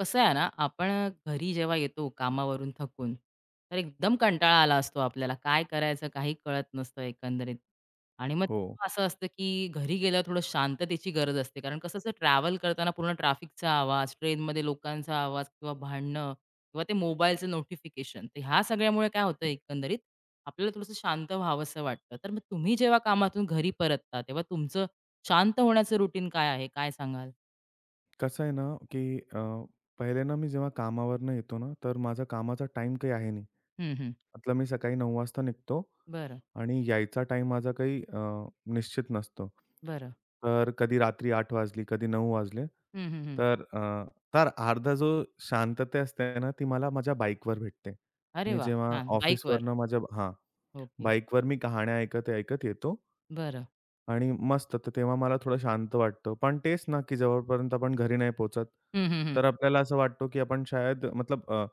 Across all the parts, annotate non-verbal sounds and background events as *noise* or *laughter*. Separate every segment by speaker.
Speaker 1: कसं आहे ना, आपण घरी जेव्हा येतो कामावरून थकून, तर एकदम कंटाळा आला असतो आपल्याला. काय करायचं काही कळत नसतं एकंदरीत. आणि मग
Speaker 2: हो.
Speaker 1: तेव्हा असं असतं, की घरी गेल्यावर थोडं शांततेची गरज असते. कारण कसं असं ट्रॅव्हल करताना पूर्ण ट्रॅफिकचा आवाज, ट्रेनमध्ये लोकांचा आवाज किंवा भांडणं किंवा ते मोबाईलचं नोटिफिकेशन. तर ह्या सगळ्यामुळे काय होतं एकंदरीत, आपल्याला थोडंसं शांत व्हावंसं वाटतं. तर मग तुम्ही जेव्हा कामातून घरी परतता, तेव्हा तुमचं शांत होण्याचं रुटीन काय आहे? काय सांगाल?
Speaker 2: कसं आहे ना, की पहिले ना मी जेव्हा कामावरनं येतो ना, तर माझा कामाचा टाईम काही आहे नाही.
Speaker 1: हं, हं.
Speaker 2: मतलब मी सकाळी 9:00 वाजता निघतो
Speaker 1: बरं,
Speaker 2: आणि यायचा टाईम माझा काही निश्चित नसतो.
Speaker 1: बरं.
Speaker 2: तर कधी रात्री 8 वाजली, कधी 9:00 वाजले.
Speaker 1: हं, हं, हं.
Speaker 2: तर अ, तर अर्धा जो शांतता असते ना, ती मला माझ्या बाईकवर भेटते.
Speaker 1: अरे
Speaker 2: मी
Speaker 1: वाह!
Speaker 2: जेव्हा
Speaker 1: छान. बाईकवर?
Speaker 2: ऑफिसवरनं माझ्या
Speaker 1: ओके.
Speaker 2: बाईकवर मी कहाण्या ऐकत-ऐकत येतो.
Speaker 1: बरं.
Speaker 2: आणि मस्त तर तेव्हा मला थोडं शांत वाटतं. पण तेच ना, की जवळपर्यंत आपण घरी नाही पोहोचत,
Speaker 1: हं, हं, हं.
Speaker 2: तर आपल्याला असं वाटतो, की आपण शायद मतलब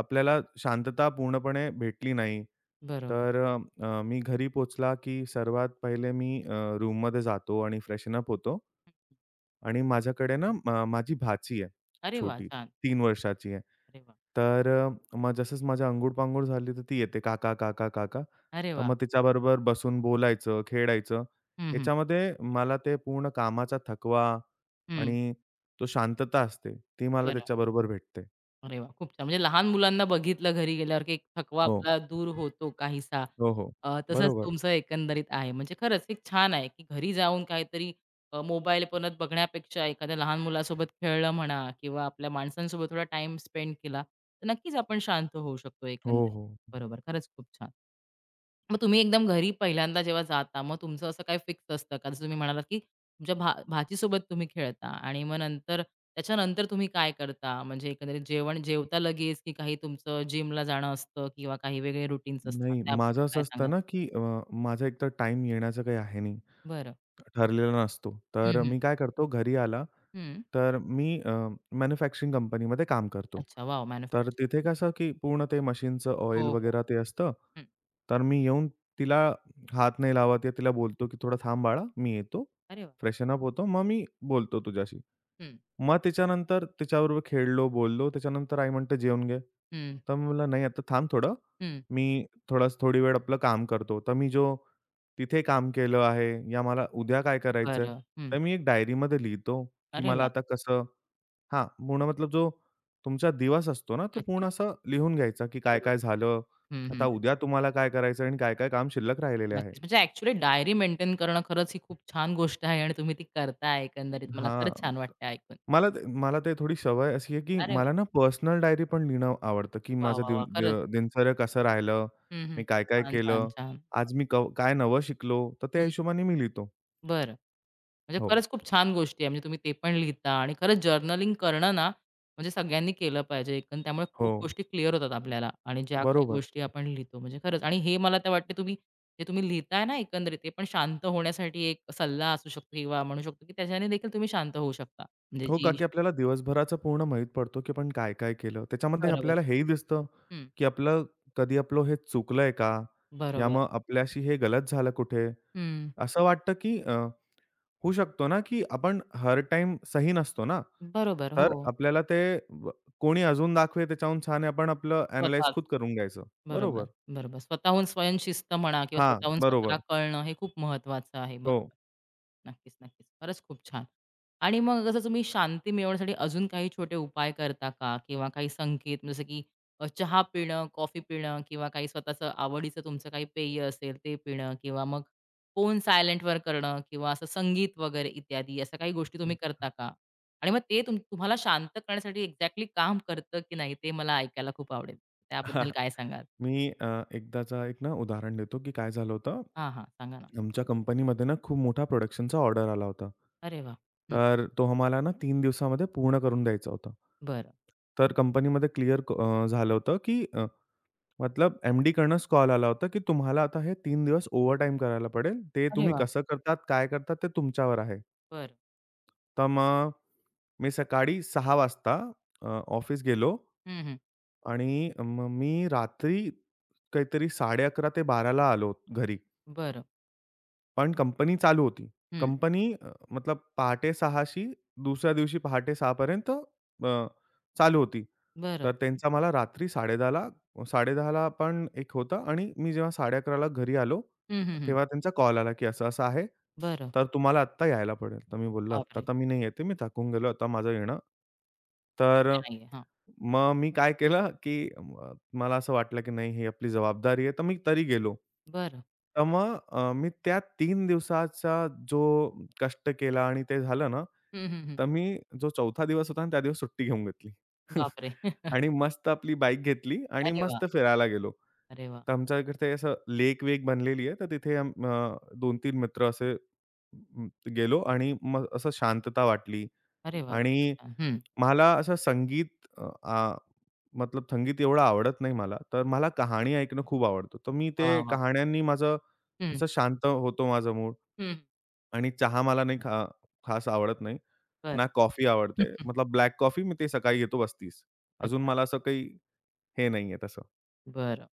Speaker 2: आपल्याला शांतता पूर्णपणे भेटली नाही.
Speaker 1: बरोबर.
Speaker 2: मी घरी पोचला की सर्वात पहिले मी रूममध्ये जातो आणि फ्रेशन अप होतो. आणि माझ्याकडे ना माझी भाची आहे
Speaker 1: अरे वाह!
Speaker 2: छोटी,
Speaker 1: छान.
Speaker 2: 3 वर्षाची आहे.
Speaker 1: अरे वाह!
Speaker 2: मग जसंच माझी अंघोळ-पांघोळ झाली, तर ती येते, "काका, काका, काका."
Speaker 1: अरे
Speaker 2: तर
Speaker 1: वाह!
Speaker 2: मग तिच्याबरोबर बसून बोलायचं, खेळायचं.
Speaker 1: हं, हं.
Speaker 2: ह्याच्यामध्ये मला ते पूर्ण कामाचा थकवा
Speaker 1: हं.
Speaker 2: आणि तो शांतता असते, ती मला
Speaker 1: बरं.
Speaker 2: त्याच्याबरोबर भेटते.
Speaker 1: अरे वाह! खूप छान. म्हणजे लहान मुलांना बघितलं घरी गेल्यावर, की एक थकवा
Speaker 2: हो.
Speaker 1: आपला दूर होतो काहीसा.
Speaker 2: हो, हो.
Speaker 1: तसंच
Speaker 2: बरोबर.
Speaker 1: तुमचं एकंदरीत आहे. म्हणजे खरंच एक छान आहे, की घरी जाऊन काहीतरी मोबाईल परत बघण्यापेक्षा एखाद्या लहान मुलासोबत खेळलं म्हणा किंवा आपल्या माणसांसोबत थोडा टाईम स्पेंड केला, तर नक्कीच आपण शांत होऊ शकतो
Speaker 2: हो,
Speaker 1: एकंदरीत.
Speaker 2: हो.
Speaker 1: बरोबर. खरंच खूप छान. मग तुम्ही एकदम घरी पहिल्यांदा जेव्हा जाता, मग तुमचं असं काही फिक्स असतं का? जसं तुम्ही म्हणालात, की तुमच्या भाचीसोबत तुम्ही खेळता आणि मग नंतर त्याच्यानंतर तुम्ही काय करता? म्हणजे एकंदरीत जेवण जेवता लगेच, की काही तुमचं जिमला जाणं असतं किंवा काही वेगळे रूटीन्स असतात?
Speaker 2: नाही, माझं
Speaker 1: त्याबद्दल
Speaker 2: असं
Speaker 1: काय सांगाल?
Speaker 2: असतं ना, की माझा एकतर टाईम येण्याचं काही आहे नाही.
Speaker 1: बरं.
Speaker 2: ठरलेला नसतो. तर
Speaker 1: हं, हं.
Speaker 2: मी काय करतो घरी आला,
Speaker 1: हं.
Speaker 2: तर मी मॅन्युफॅक्चरिंग कंपनीमध्ये काम करतो.
Speaker 1: अच्छा, वॉव!
Speaker 2: तर
Speaker 1: मॅन्युफॅक्चर
Speaker 2: तिथे कसं की पूर्ण ते मशीनचं ऑइल
Speaker 1: हो, हो.
Speaker 2: वगैरे ते असतं.
Speaker 1: हं.
Speaker 2: तर मी येऊन तिला हात नाही लावत या तिला बोलतो की "थोडं थांब बाळा, मी येतो.
Speaker 1: अरे वाह!
Speaker 2: फ्रेशन अप होतो. मग मी बोलतो तुझ्याशी."
Speaker 1: हं,
Speaker 2: मग त्याच्यानंतर तिच्याबरोबर खेळलो, बोललो. त्याच्यानंतर आई म्हणते "जेवून घे."
Speaker 1: हं,
Speaker 2: तर मी म्हटलं "नाही, आता थांब थोडं.
Speaker 1: हं.
Speaker 2: मी थोडा थोडी वेळ आपलं काम करतो. तर मी जो तिथे काम केलं आहे या मला उद्या काय करायचंय?
Speaker 1: बरं. हं.
Speaker 2: तर मी एक डायरीमध्ये लिहितो, की
Speaker 1: अरे
Speaker 2: मला
Speaker 1: वाह!
Speaker 2: आता कसं पूर्ण मतलब जो तुमचा दिवस असतो ना, तो पूर्ण
Speaker 1: नक्कीच.
Speaker 2: असं लिहून घ्यायचा, की
Speaker 1: बरोबर.
Speaker 2: काय-काय झालं?
Speaker 1: हं,
Speaker 2: आता
Speaker 1: हं.
Speaker 2: उद्या तुम्हाला काय करायचं आणि काय-काय काम शिल्लक राहिलेले आहे?
Speaker 1: नक्कीच. म्हणजे ॲक्चुअली डायरी मेंटेन करणं खरंच ही खूप छान गोष्ट आहे आणि तुम्ही ती करताय एकंदरीत. मला खरंच
Speaker 2: हां,
Speaker 1: छान वाटतं ऐकून.
Speaker 2: मला ते थोडी सवय अशी आहे, की
Speaker 1: अरे वाह!
Speaker 2: मला ना पर्सनल डायरी पण लिहिणं आवडतं, की
Speaker 1: वाह,
Speaker 2: माझं
Speaker 1: वाह, वाह! खरंच.
Speaker 2: दिनचर्या कसं राहिलं?
Speaker 1: हं, हं.
Speaker 2: मी काय-काय
Speaker 1: छान, छान,
Speaker 2: केलं?
Speaker 1: छान.
Speaker 2: आज मी काय नवं शिकलो? तर त्या
Speaker 1: हं.
Speaker 2: हिशोबाने मी लिहितो.
Speaker 1: बरं. म्हणजे
Speaker 2: हो.
Speaker 1: खरंच खूप छान गोष्टी आहे. म्हणजे तुम्ही ते पण लिहिता आणि खरंच जर्नलिंग करणं ना, म्हणजे सगळ्यांनी केलं पाहिजे. एकंदर त्यामुळे खूप
Speaker 2: हो,
Speaker 1: गोष्टी क्लिअर होतात आपल्याला आणि ज्या काही
Speaker 2: बरोबर.
Speaker 1: गोष्टी आपण लिहितो म्हणजे खरंच आणि हे मला तर वाटते तुम्ही जे तुम्ही लिहिताय ना एकंदरीत ते पण शांत होण्यासाठी एक सल्ला असू शकतो किंवा म्हणू शकतो की त्याच्याने देखील तुम्ही शांत होऊ शकता. म्हणजे
Speaker 2: हो का,
Speaker 1: जी
Speaker 2: की आपल्याला दिवसभराचं पूर्ण माहीत पडतो, की आपण काय-काय केलं. त्याच्यामध्ये
Speaker 1: बरोबर.
Speaker 2: आपल्याला हेही दिसतं,
Speaker 1: हं.
Speaker 2: की आपलं कधी आपलं हे चुकलंय का? या
Speaker 1: बरोबर.
Speaker 2: मग आपल्याशी हे गलत झालं कुठे?
Speaker 1: हं.
Speaker 2: असं वाटतं, की होऊ शकतो ना, की आपण हर टाईम सही नसतो ना.
Speaker 1: बरोबर.
Speaker 2: तर
Speaker 1: हो.
Speaker 2: आपल्याला ते व कोणी अजून दाखवे त्याच्याहून छान आहे आपण आपलं अॅनलाईज
Speaker 1: स्वतःच.
Speaker 2: खुद करून घ्यायचं.
Speaker 1: बरोबर,
Speaker 2: बरोबर.
Speaker 1: बरोबर. स्वतःहून स्वयंशिस्त म्हणा किंवा
Speaker 2: हां,
Speaker 1: स्वतःहून स्वतःला
Speaker 2: बरोबर.
Speaker 1: कळणं हे खूप महत्वाचं आहे. बरोबर. नक्कीच, नक्कीच. खरंच खूप छान. आणि मग जसं तुम्ही शांती मिळवण्यासाठी अजून काही छोटे उपाय करता का? किंवा काही संकेत म्हणजे जसं की चहा पिणं, कॉफी पिणं किंवा काही स्वतःचं आवडीचं तुमचं काही पेय असेल ते पिणं किंवा मग फोन सायलेंटवर करणं किंवा असं संगीत वगैरे इत्यादी अशा काही गोष्टी तुम्ही करता का? आणि मग ते तुम्हाला शांत करण्यासाठी एक्झॅक्टली काम करतं की नाही ते मला ऐकायला खूप आवडेल.
Speaker 2: हो.
Speaker 1: त्याबद्दल काय सांगाल?
Speaker 2: मी एकदाचा एक ना उदाहरण देतो, की काय झालं होतं.
Speaker 1: हां, हां. सांगा ना.
Speaker 2: आमच्या कंपनीमध्ये ना खूप मोठा प्रोडक्शनचा ऑर्डर आला होता.
Speaker 1: अरे वा, हं.
Speaker 2: तर तो आम्हाला ना 3 दिवसामध्ये पूर्ण करून द्यायचा होता.
Speaker 1: बरं.
Speaker 2: तर कंपनीमध्ये क्लिअर झालं होतं, की मतलब एम-डीकडनंच कॉल आला होता, की तुम्हाला आता हे 3 दिवस ओव्हरटाईम करायला पडेल. ते
Speaker 1: अरे
Speaker 2: तुम्ही
Speaker 1: वाह!
Speaker 2: कसं करतात, काय करतात ते तुमच्यावर आहे.
Speaker 1: बरं.
Speaker 2: तर मग मी सकाळी 6:00 वाजता ऑफिस गेलो.
Speaker 1: हं, हं.
Speaker 2: आणि मग मी रात्री काहीतरी 11:30 ते 12:00 आलो घरी.
Speaker 1: बरं.
Speaker 2: पण कंपनी चालू होती.
Speaker 1: हं.
Speaker 2: कंपनी मतलब पहाटे 6:00 दुसऱ्या दिवशी पहाटे 6:00 अ, चालू होती.
Speaker 1: बरं.
Speaker 2: तर त्यांचा मला रात्री 10:30 ला पण एक होता आणि मी जेव्हा 11:30 ला घरी आलो,
Speaker 1: हं, हं, हं.
Speaker 2: तेव्हा त्यांचा कॉल आला, की असं-असं आहे.
Speaker 1: बरं.
Speaker 2: तर तुम्हाला आत्ता यायला पडेल. तर मी बोललो, "आत्ता
Speaker 1: बापरे!
Speaker 2: तर मी नाही येत मी थकून गेलो. आता माझं येणं." तर
Speaker 1: ते नाहीये. हां.
Speaker 2: मग मी काय केलं, की मला असं वाटलं, की नाही ही आपली जबाबदारी आहे, तर मी तरी गेलो.
Speaker 1: बरं.
Speaker 2: मी त्या 3 दिवसाचा जो कष्ट केला आणि ते झालं ना,
Speaker 1: हं, हं, हं.
Speaker 2: तर मी जो 4था दिवस होता ना, त्या दिवस सुट्टी घेऊन घेतली. *laughs*
Speaker 1: बापरे! *laughs*
Speaker 2: आणि मस्त आपली बाईक घेतली आणि
Speaker 1: अरे वाह!
Speaker 2: मस्त फिरायला गेलो.
Speaker 1: अरे वाह!
Speaker 2: तर आमच्या इकडे असं लेक-वेक बनलेली आहे, तर तिथे 2-3 मित्र असे गेलो आणि मग असं शांतता वाटली
Speaker 1: अरे वाह! खूपच
Speaker 2: आणि
Speaker 1: छान. हं.
Speaker 2: मला असं संगीत अ, आ, मतलब संगीत एवढं आवडत नाही मला. तर मला कहाणी ऐकणं खूप आवडतं. तर मी ते
Speaker 1: वाह, वाह!
Speaker 2: कहाण्यांनी माझं
Speaker 1: हं,
Speaker 2: असं शांत होतो माझा मूड
Speaker 1: हं.
Speaker 2: आणि चहा मला नाही खास आवडत नाही.
Speaker 1: बरं.
Speaker 2: ना कॉफी आवडते.
Speaker 1: *laughs*
Speaker 2: मतलब ब्लॅक कॉफी मी ते सकाळी घेतो बस तीच. अजून
Speaker 1: अच्छा.
Speaker 2: मला असं काही हे नाहीये तसं.
Speaker 1: बरं.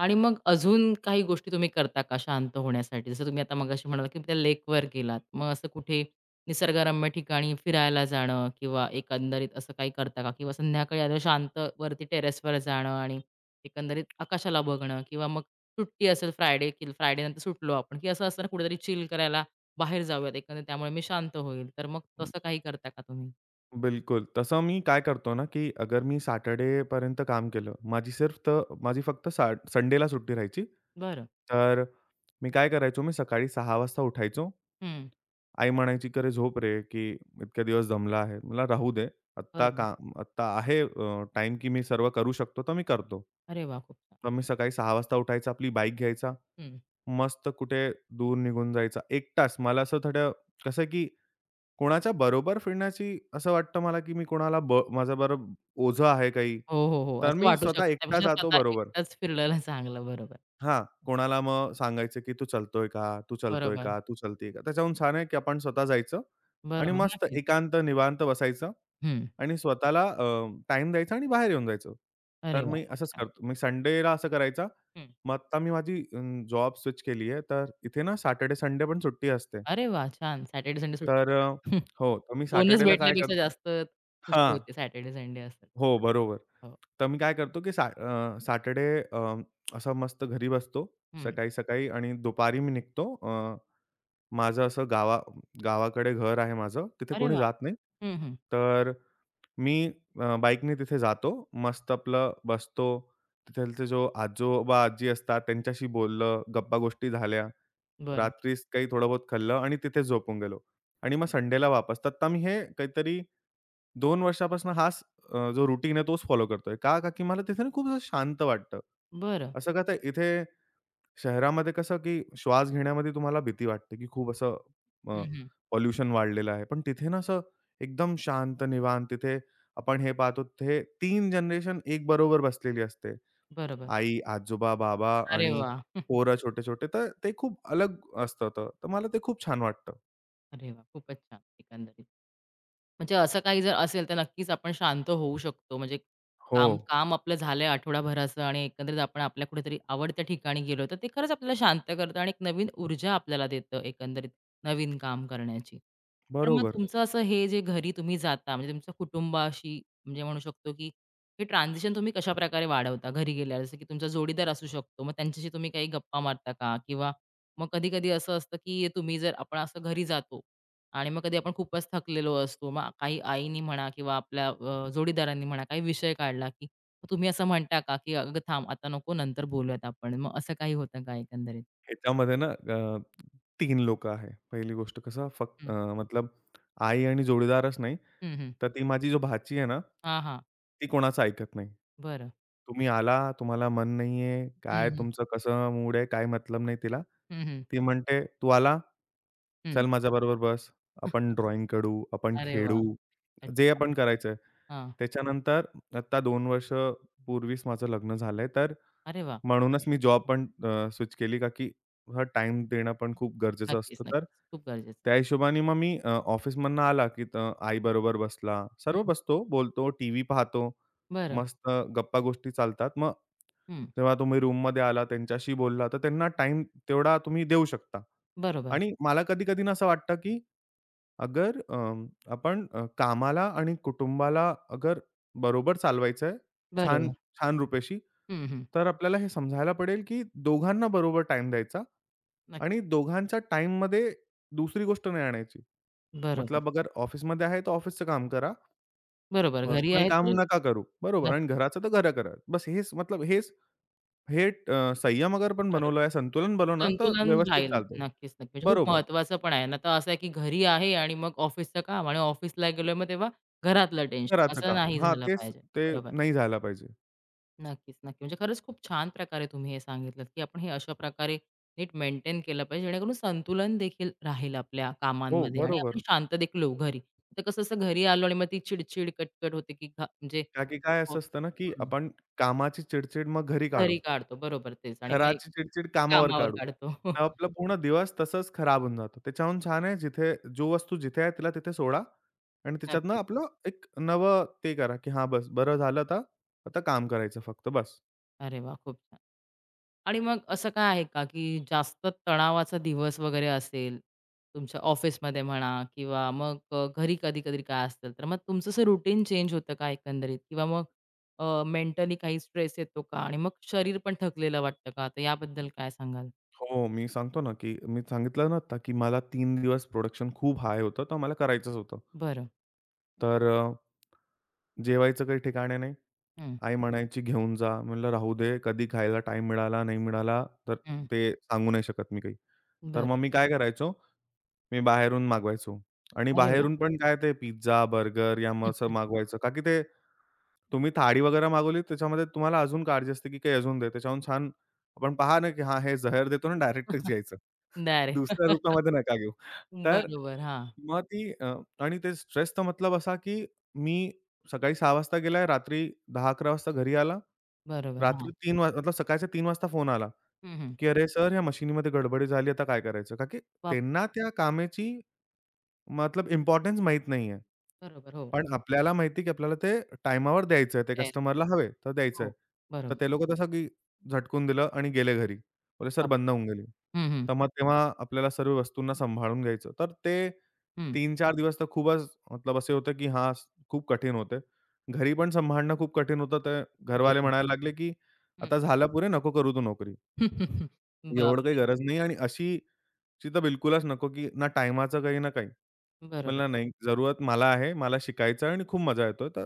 Speaker 1: आणि मग अजून काही गोष्टी तुम्ही करता का शांत होण्यासाठी? जसं तुम्ही आता मगाशी म्हणालात, की त्या लेकवर गेलात. मग असं कुठे निसर्गरम्य ठिकाणी फिरायला जाणं किंवा एकंदरीत असं काही करता का? किंवा संध्याकाळी आता शांत वरती टेरेसवर जाणं आणि एकंदरीत आकाशाला बघणं किंवा मग सुट्टी असेल फ्रायडे की फ्रायडेनंतर सुटलो आपण, की असं असताना कुठेतरी चिल करायला बाहेर जाऊयात एकंदरीत त्यामुळे मी शांत होईल. तर मग
Speaker 2: ब-
Speaker 1: तसं काही करता का तुम्ही?
Speaker 2: बिलकुल. तसं मी काय करतो ना, की अगर मी सॅटर्डेपर्यंत काम केलं, माझी सिर्फ तर माझी फक्त संडेला सुट्टी राहायची.
Speaker 1: बरं.
Speaker 2: तर मी काय करायचो, मी सकाळी 6:00 वाजता उठायचो.
Speaker 1: हं.
Speaker 2: आई म्हणायची, अरे झोप रे, की इतके दिवस दमला आहे. मला राहू दे. आत्ता
Speaker 1: बरं.
Speaker 2: काम आत्ता आहे टाईम की मी सर्व करू शकतो, तर मी करतो.
Speaker 1: अरे वाह! खूप छान.
Speaker 2: तर मी सकाळी 6:00 वाजता उठायचा, आपली बाईक घ्यायचा, मस्त कुठे दूर निघून जायचा. 1 तास मला असं थोडं कसं की कोणाच्या बरोबर फिरण्याची असं वाटतं मला, की मी कोणाला माझ्याबरोबर ओझं आहे काही,
Speaker 1: हो, हो, हो.
Speaker 2: तर
Speaker 1: असं
Speaker 2: मी
Speaker 1: वाटू
Speaker 2: स्वतः
Speaker 1: शकतं.
Speaker 2: एकटा
Speaker 1: त्यापेक्षा
Speaker 2: जातो
Speaker 1: स्वतः
Speaker 2: बरोबर.
Speaker 1: एकटाच फिरलेलं चांगलं. बरोबर.
Speaker 2: हां, कोणाला मग सांगायचं, की "तू चलतोय का? तू चलतोय
Speaker 1: बरोबर.
Speaker 2: का? तू चलतीये का?" त्याच्याहून छान आहे, की आपण स्वतः जायचं आणि
Speaker 1: बरोबर.
Speaker 2: मस्त
Speaker 1: नक्कीच.
Speaker 2: एकांत निवांत बसायचं
Speaker 1: हं.
Speaker 2: आणि स्वतःला टाईम द्यायचा आणि बाहेर येऊन जायचं.
Speaker 1: अरे
Speaker 2: तर
Speaker 1: वाह!
Speaker 2: मी
Speaker 1: खूप
Speaker 2: असंच
Speaker 1: छान.
Speaker 2: करतो. मी संडेला असं करायचा.
Speaker 1: हं.
Speaker 2: मग आता मी माझी जॉब स्विच केली आहे. तर इथे ना सॅटर्डे, संडे पण सुट्टी असते.
Speaker 1: अरे वाह! छान. सॅटर्डे, संडे सुट्टी
Speaker 2: तर अ,
Speaker 1: खरंच.
Speaker 2: हो, तर मी
Speaker 1: बोनस
Speaker 2: सॅटर्डेला काय
Speaker 1: भेटल्यापेक्षा
Speaker 2: करतो
Speaker 1: जास्त खुशी
Speaker 2: हां.
Speaker 1: होते सॅटर्डे, संडे असतात.
Speaker 2: हो, बरोबर.
Speaker 1: हो.
Speaker 2: तर मी काय करतो, की सॅटर्डे अ, असं मस्त घरी बसतो
Speaker 1: हं.
Speaker 2: सकाळी-सकाळी आणि दुपारी मी निघतो. अ, माझं असं गावाकडे घर आहे माझं, तिथे
Speaker 1: अरे
Speaker 2: कोणी
Speaker 1: वाह!
Speaker 2: जात नाही.
Speaker 1: हं, हं.
Speaker 2: तर मी बाईकने तिथे जातो. मस्त आपलं बसतो. तिथलचे जो आजोबा-आजी असतात त्यांच्याशी बोललं, गप्पागोष्टी झाल्या.
Speaker 1: बरं.
Speaker 2: रात्रीच काही थोडं बहुत खाल्लं आणि तिथेच झोपून गेलो आणि मग संडेला वापस. तर आता मी हे काहीतरी 2 वर्षापासून हाच जो रूटीन आहे तोच फॉलो करतोय. का? का की मला तिथे ना खूप असं शांत वाटतं.
Speaker 1: बरं.
Speaker 2: असं का तर इथे शहरामध्ये कसं की श्वास घेण्यामध्ये तुम्हाला भीती वाटते की खूप असं
Speaker 1: हं,
Speaker 2: अ,
Speaker 1: हं.
Speaker 2: पॉल्युशन वाढलेलं आहे. पण तिथे ना असं एकदम शांत, निवांत तिथे आपण हे पाहतो तिथे 3 जनरेशन एक बरोबर बसलेली असते.
Speaker 1: बरोबर.
Speaker 2: आई, आजोबा, बाबा
Speaker 1: अरे
Speaker 2: आणि
Speaker 1: वाह! *laughs*
Speaker 2: पोरं छोटे-छोटे. तर ते खूप अलग असतं तर. तर मला ते खूप छान वाटतं.
Speaker 1: अरे वाह! खूपच छान एकंदरीत. म्हणजे असं काही जर असेल तर नक्कीच आपण शांत होऊ शकतो. म्हणजे
Speaker 2: हो,
Speaker 1: काम काम आपलं झालंय आठवडाभराचं आणि एकंदरीत आपण आपल्या कुठेतरी आवडत्या ठिकाणी गेलो, तर ते खरंच आपल्याला शांत करतं आणि एक नवीन ऊर्जा आपल्याला देतं एकंदरीत नवीन काम करण्याची. पण मग
Speaker 2: बरोबर.
Speaker 1: तुमचं असं हे जे घरी तुम्ही जाता म्हणजे तुमच्या कुटुंबाशी म्हणजे म्हणू शकतो, की हे ट्रान्झिशन तुम्ही कशाप्रकारे वाढवता घरी गेल्यावर? जसं की तुमचा जोडीदार असू शकतो, मग त्यांच्याशी तुम्ही काही गप्पा मारता का? किंवा मग कधी-कधी असं असतं, की तुम्ही जर आपण असं घरी जातो, आणि मग कधी आपण खूपच थकलेलो असतो. मग काही आईनी म्हणा किंवा आपल्या जोडीदारांनी म्हणा काही विषय काढला, की मग तुम्ही असं म्हणता का, की "अगं थांब आता नको नंतर बोलूयात आपण." मग असं काही होतं का एकंदरीत?
Speaker 2: ह्याच्यामध्ये ना 3 लोकं आहे. पहिली गोष्ट कसं फक्त
Speaker 1: हं.
Speaker 2: मतलब आई आणि जोडीदारच नाही,
Speaker 1: हं, हं.
Speaker 2: तर ती माझी जो भाची आहे ना,
Speaker 1: हां, हां.
Speaker 2: ती कोणाचं ऐकत नाही.
Speaker 1: बरं.
Speaker 2: तुम्ही आला, तुम्हाला मन नाहीये,
Speaker 1: हं,
Speaker 2: काय
Speaker 1: हं.
Speaker 2: तुमचं कसं मूड आहे, काय मतलब नाही तिला.
Speaker 1: हं, हं.
Speaker 2: ती म्हणते, "तू आला?
Speaker 1: हं.
Speaker 2: चल माझ्याबरोबर बस. आपण ड्रॉइंग करू, आपण
Speaker 1: अरे वाह!
Speaker 2: खेळू, जे
Speaker 1: अच्छा.
Speaker 2: आपण करायचंय."
Speaker 1: हां.
Speaker 2: त्याच्यानंतर आता 2 वर्षापूर्वीच माझं लग्न झालंय, तर
Speaker 1: अरे वाह!
Speaker 2: म्हणूनच मी जॉब पण स्विच केली का की हा टाईम देणं पण खूप गरजेचं
Speaker 1: नक्कीच,
Speaker 2: असतं. तर
Speaker 1: नक्कीच. खूप गरजेचं आहे.
Speaker 2: त्या हिशोबाने मग मी ऑफिसमधनं आला की आई बरोबर बसला. सर्व
Speaker 1: हं.
Speaker 2: बसतो, बोलतो, टीव्ही पाहतो.
Speaker 1: बरं.
Speaker 2: मस्त गप्पा-गोष्टी चालतात. मग
Speaker 1: हं.
Speaker 2: तेव्हा तुम्ही रूममध्ये आला, त्यांच्याशी बोलला, तर त्यांना टाईम तेवढा तुम्ही देऊ शकता.
Speaker 1: बरोबर.
Speaker 2: आणि मला कधी-कधी ना असं वाटतं की अगर आपण कामाला आणि कुटुंबाला अगर बरोबर चालवायचं आहे, छान
Speaker 1: बरोबर.
Speaker 2: छान रुपेशी,
Speaker 1: हं, हं.
Speaker 2: तर आपल्याला हे समजायला पडेल, की दोघांना बरोबर टाईम द्यायचा
Speaker 1: नक्की.
Speaker 2: आणि दोघांच्या टाईममध्ये दुसरी गोष्ट नाही आणायची.
Speaker 1: बरोबर.
Speaker 2: मतलब अगर ऑफिसमध्ये आहे, तर ऑफिसचं काम करा.
Speaker 1: बरोबर. घरी
Speaker 2: पर्सनल
Speaker 1: आहे
Speaker 2: काम
Speaker 1: तर
Speaker 2: नका करू. बरोबर आणि
Speaker 1: नक्कीच.
Speaker 2: घराचं तर घरं करा. बस हेच मतलब हेच हे संयम अगर आपण
Speaker 1: बरोबर.
Speaker 2: बनवला, संतुलन बनवलं तर
Speaker 1: संतुलन
Speaker 2: व्यवस्थित
Speaker 1: राहील.
Speaker 2: चालतं.
Speaker 1: नक्कीच, नक्की. म्हणजे खूप
Speaker 2: बरोबर.
Speaker 1: महत्वाचं पण आहे ना. तर असं आहे की घरी आहे आणि मग ऑफिसचं काम आणि ऑफिसला गेलोय मग तेव्हा घरातलं टेन्शन
Speaker 2: घराचं
Speaker 1: असं
Speaker 2: काम.
Speaker 1: नाही
Speaker 2: हां,
Speaker 1: झालं
Speaker 2: तेच
Speaker 1: पाहिजे.
Speaker 2: ते
Speaker 1: बरोबर.
Speaker 2: नाही झालं पाहिजे.
Speaker 1: नक्कीच, नक्की. म्हणजे खरंच खूप छान प्रकारे तुम्ही हे सांगितलंत की आपण हे अशा प्रकारे नीट मेंटेन केलं पाहिजे जेणेकरून संतुलन देखील राहील आपल्या
Speaker 2: हो,
Speaker 1: कामांमध्ये आणि आपण
Speaker 2: बरोबर.
Speaker 1: शांत देखील होऊ घरी. तर कसं असं घरी आलो आणि मग ती चिडचिड, कटकट होते की घा म्हणजे
Speaker 2: का की काय
Speaker 1: हो
Speaker 2: असं असतं ना, की
Speaker 1: हं.
Speaker 2: आपण कामाची चिडचिड मग घरी काढू.
Speaker 1: घरी काढतो. बरोबर तेच आणि मग एक
Speaker 2: घराची चिडचिड कामावर
Speaker 1: कामावर
Speaker 2: काढू.
Speaker 1: काढतो.
Speaker 2: तर
Speaker 1: *laughs*
Speaker 2: आपला पूर्ण दिवस तसंच खराब होऊन जातो. त्याच्याहून छान आहे जिथे जो वस्तू जिथे आहे तिला तिथे सोडा आणि त्याच्यातनं
Speaker 1: नक्कीच.
Speaker 2: आपलं एक नवं ते करा, की हां, बस बरं झालं आता, आता काम करायचं फक्त बस.
Speaker 1: अरे वाह! खूप छान. आणि मग असं काय आहे का, की जास्त तणावाचा दिवस वगैरे असेल, तुमच्या ऑफिसमध्ये म्हणा किंवा मग घरी कधी-कधी काय असेल, तर मग तुमचं असं रुटीन चेंज होतं का एकंदरीत? किंवा मग मेंटली काही स्ट्रेस येतो का? आणि मग शरीर पण थकलेलं वाटतं का? तर याबद्दल काय सांगाल?
Speaker 2: हो, मी सांगतो ना, की मी सांगितलं ना आता, की मला 3 दिवस प्रोडक्शन खूप हाय होतं, तर मला करायचंच होतं.
Speaker 1: बरं.
Speaker 2: तर अ, जेवायचं काही ठिकाणे नाही.
Speaker 1: हं,
Speaker 2: आई म्हणायची, "घेऊन जा." म्हणलं, "राहू दे, कधी खायला टाईम मिळाला, नाही मिळाला, तर
Speaker 1: हं.
Speaker 2: ते सांगू नाही शकत मी काही." तर
Speaker 1: बरं.
Speaker 2: मग मी काय करायचो, मी बाहेरून मागवायचो आणि
Speaker 1: अरे वाह!
Speaker 2: बाहेरून पण काय ते पिझ्झा, बर्गर या मग असं मागवायचं. का की ते तुम्ही थाळी वगैरे मागवली, त्याच्यामध्ये तुम्हाला अजून काळजी असते की काही अजून दे. त्याच्याहून छान आपण पहा ना, की हां, हे जहर देतो ना, डायरेक्टच
Speaker 1: *laughs*
Speaker 2: घ्यायचं. दुसऱ्या
Speaker 1: डायरेक्ट.
Speaker 2: रूपामध्ये नका घेऊ. तर
Speaker 1: बरोबर. हां.
Speaker 2: मग आणि ते स्ट्रेसचा मतलब असा, की मी सकाळी 6:00 वाजता गेलाय, रात्री 10-11 वाजता घरी आला.
Speaker 1: बरोबर.
Speaker 2: रात्री
Speaker 1: हां.
Speaker 2: 3 मतलब सकाळच्या 3 वाजता फोन आला,
Speaker 1: हं, हं.
Speaker 2: की "अरे सर, ह्या मशिनीमध्ये गडबडी झाली, आता काय करायचं?" का की
Speaker 1: बापरे!
Speaker 2: त्यांना त्या कामाची मतलब इम्पोर्टन्स माहीत नाहीये.
Speaker 1: बरोबर. हो.
Speaker 2: पण आपल्याला माहिती की आपल्याला ते टाईमावर द्यायचंय, ते
Speaker 1: द्यायचं.
Speaker 2: कस्टमरला हवे, तर द्यायचंय.
Speaker 1: हो.
Speaker 2: तर
Speaker 1: बरोबर.
Speaker 2: ते लोकं तसं की झटकून दिलं आणि गेले घरी. बोलले, "सर
Speaker 1: बापरे!
Speaker 2: बंद होऊन गेली."
Speaker 1: हं, हं.
Speaker 2: तर मग तेव्हा आपल्याला सर्व वस्तूंना सांभाळून घ्यायचं. तर ते
Speaker 1: हं.
Speaker 2: 3-4 दिवस तर खूपच मतलब असे होते की हां, खूप कठीण होते. घरी पण सांभाळणं खूप कठीण होतं. तर घरवाले
Speaker 1: बरोबर.
Speaker 2: म्हणायला लागले की "आता झालं पुरे, नको करू तू नोकरी.
Speaker 1: *laughs*
Speaker 2: एवढं काही
Speaker 1: बापरे!
Speaker 2: गरज नाही आणि अशीची तर बिलकुलच नको की ना टाईमाचं काही ना काही."
Speaker 1: बरोबर,
Speaker 2: मला नाही, जरूरत मला आहे, मला शिकायचं आहे आणि खूप मजा येतोय, तर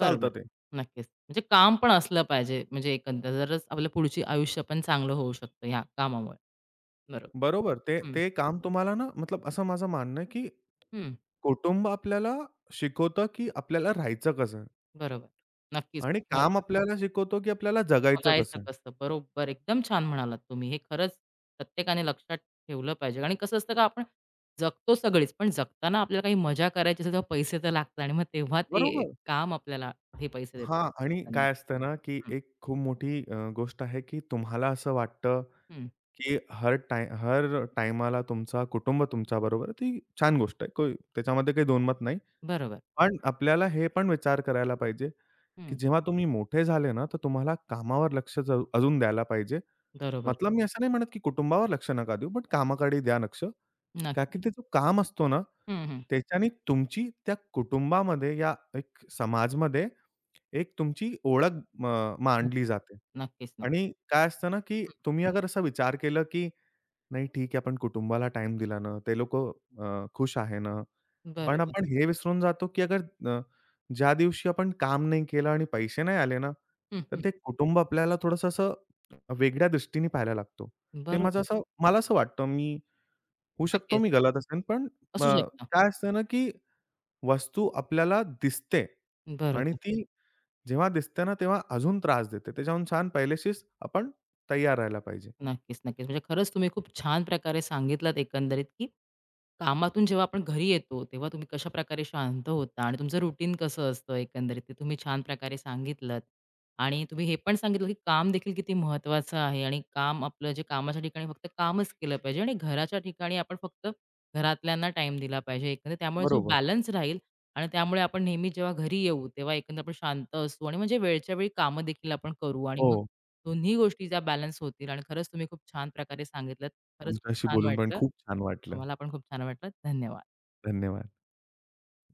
Speaker 2: चालतं ते.
Speaker 1: नक्कीच. म्हणजे काम पण असलं पाहिजे. म्हणजे एकंदर तरच आपलं पुढची आयुष्य पण चांगलं होऊ शकतं ह्या कामामुळे. बरोबर.
Speaker 2: बरोबर. ते
Speaker 1: हं,
Speaker 2: ते काम तुम्हाला ना मतलब असं माझं मानणं आहे, की
Speaker 1: हं.
Speaker 2: कुटुंब आपल्याला शिकवतं, की आपल्याला राहायचं कसं आहे
Speaker 1: बरोबर. नक्कीच
Speaker 2: आणि
Speaker 1: खूप
Speaker 2: काम
Speaker 1: महत्वाचं.
Speaker 2: आपल्याला शिकवतो, की आपल्याला जगायचं
Speaker 1: बघायचं
Speaker 2: कसं आहे.
Speaker 1: कसं. बरोबर, एकदम छान म्हणालात तुम्ही. हे खरंच प्रत्येकाने लक्षात ठेवलं पाहिजे. आणि कसं असतं का आपण जगतो सगळेच, पण जगताना आपल्याला काही मजा करायची असेल तेव्हा पैसे तर लागतात आणि मग तेव्हा ते
Speaker 2: बरोबर.
Speaker 1: काम आपल्याला हे पैसे देतं.
Speaker 2: हां आणि काय असतं ना, की
Speaker 1: हं,
Speaker 2: एक खूप मोठी गोष्ट आहे, की तुम्हाला असं वाटतं,
Speaker 1: हं.
Speaker 2: की हर टाईमाला तुमचा कुटुंब तुमच्याबरोबर आहे. ती छान गोष्ट आहे. त्याच्यामध्ये काही दोन मत नाही.
Speaker 1: बरोबर.
Speaker 2: पण आपल्याला हे पण विचार करायला पाहिजे, की
Speaker 1: हं,
Speaker 2: जेव्हा तुम्ही मोठे झाले ना, तर तुम्हाला कामावर लक्ष अजून द्यायला पाहिजे.
Speaker 1: बरोबर.
Speaker 2: मतलब मी असं नाही म्हणत, की कुटुंबावर लक्ष नका देऊ, बट कामाकडे द्या लक्ष. का
Speaker 1: नक्की.
Speaker 2: की ते जो काम असतो ना,
Speaker 1: हं, हं.
Speaker 2: त्याच्याने तुमची त्या कुटुंबामध्ये या एक समाजमध्ये एक तुमची ओळख म मांडली
Speaker 1: नको.
Speaker 2: जाते.
Speaker 1: नक्कीच, नक्की.
Speaker 2: आणि काय असतं ना, की तुम्ही अगर असा विचार केलं, की नाही ठीक आहे, आपण कुटुंबाला टाईम दिला ना, ते लोकं खुश आहे ना.
Speaker 1: हं,
Speaker 2: पण
Speaker 1: बरोबर.
Speaker 2: आपण हे विसरून जातो, की अगर अ, ज्या दिवशी आपण काम नाही केलं आणि पैसे नाही आले ना,
Speaker 1: हं,
Speaker 2: तर
Speaker 1: हं.
Speaker 2: ते कुटुंब आपल्याला थोडंसं असं वेगळ्या दृष्टीने पाहायला लागतो. ते माझं
Speaker 1: बरोबर.
Speaker 2: असं मला असं वाटतं, मी होऊ शकतो
Speaker 1: नक्कीच,
Speaker 2: मी
Speaker 1: नक्की.
Speaker 2: गलत असेन, पण अ,
Speaker 1: असू शकतं.
Speaker 2: काय असतं ना, की वस्तू आपल्याला दिसते आणि
Speaker 1: बरोबर.
Speaker 2: ती जेव्हा दिसते ना, तेव्हा अजून त्रास देते. त्याच्याहून छान पहिल्याशीच आपण तयार राहायला पाहिजे.
Speaker 1: नक्कीच, नक्कीच. म्हणजे खरंच तुम्ही खूप छान प्रकारे सांगितलात एकंदरीत, की कामातून जेव्हा आपण घरी येतो, तेव्हा तुम्ही कशाप्रकारे शांत होता आणि तुमचं रुटीन कसं असतं एकंदरीत ते तुम्ही छान प्रकारे सांगितलंत. आणि तुम्ही हे पण सांगितलं, की काम देखील किती महत्त्वाचं आहे आणि काम आपलं जे कामाच्या ठिकाणी फक्त कामच केलं पाहिजे आणि घराच्या ठिकाणी आपण फक्त घरातल्यांना टाईम दिला पाहिजे एकंदरीत. त्यामुळे जो
Speaker 2: बरोबर.
Speaker 1: बॅलन्स राहील आणि त्यामुळे आपण नेहमी जेव्हा घरी येऊ तेव्हा एकंदर आपण शांत असू आणि म्हणजे वेळच्या वेळी कामं देखील आपण करू आणि मग
Speaker 2: हो,
Speaker 1: दोन्ही गोष्टीचा बॅलन्स होतील आणि खरंच तुम्ही खूप छान प्रकारे सांगितलं खरंच खूप
Speaker 2: तुमच्याशी
Speaker 1: छान
Speaker 2: बोलून पण
Speaker 1: वाटलं
Speaker 2: खूप छान वाटलं.
Speaker 1: आम्हाला पण खूप छान वाटलं धन्यवाद
Speaker 2: धन्यवाद.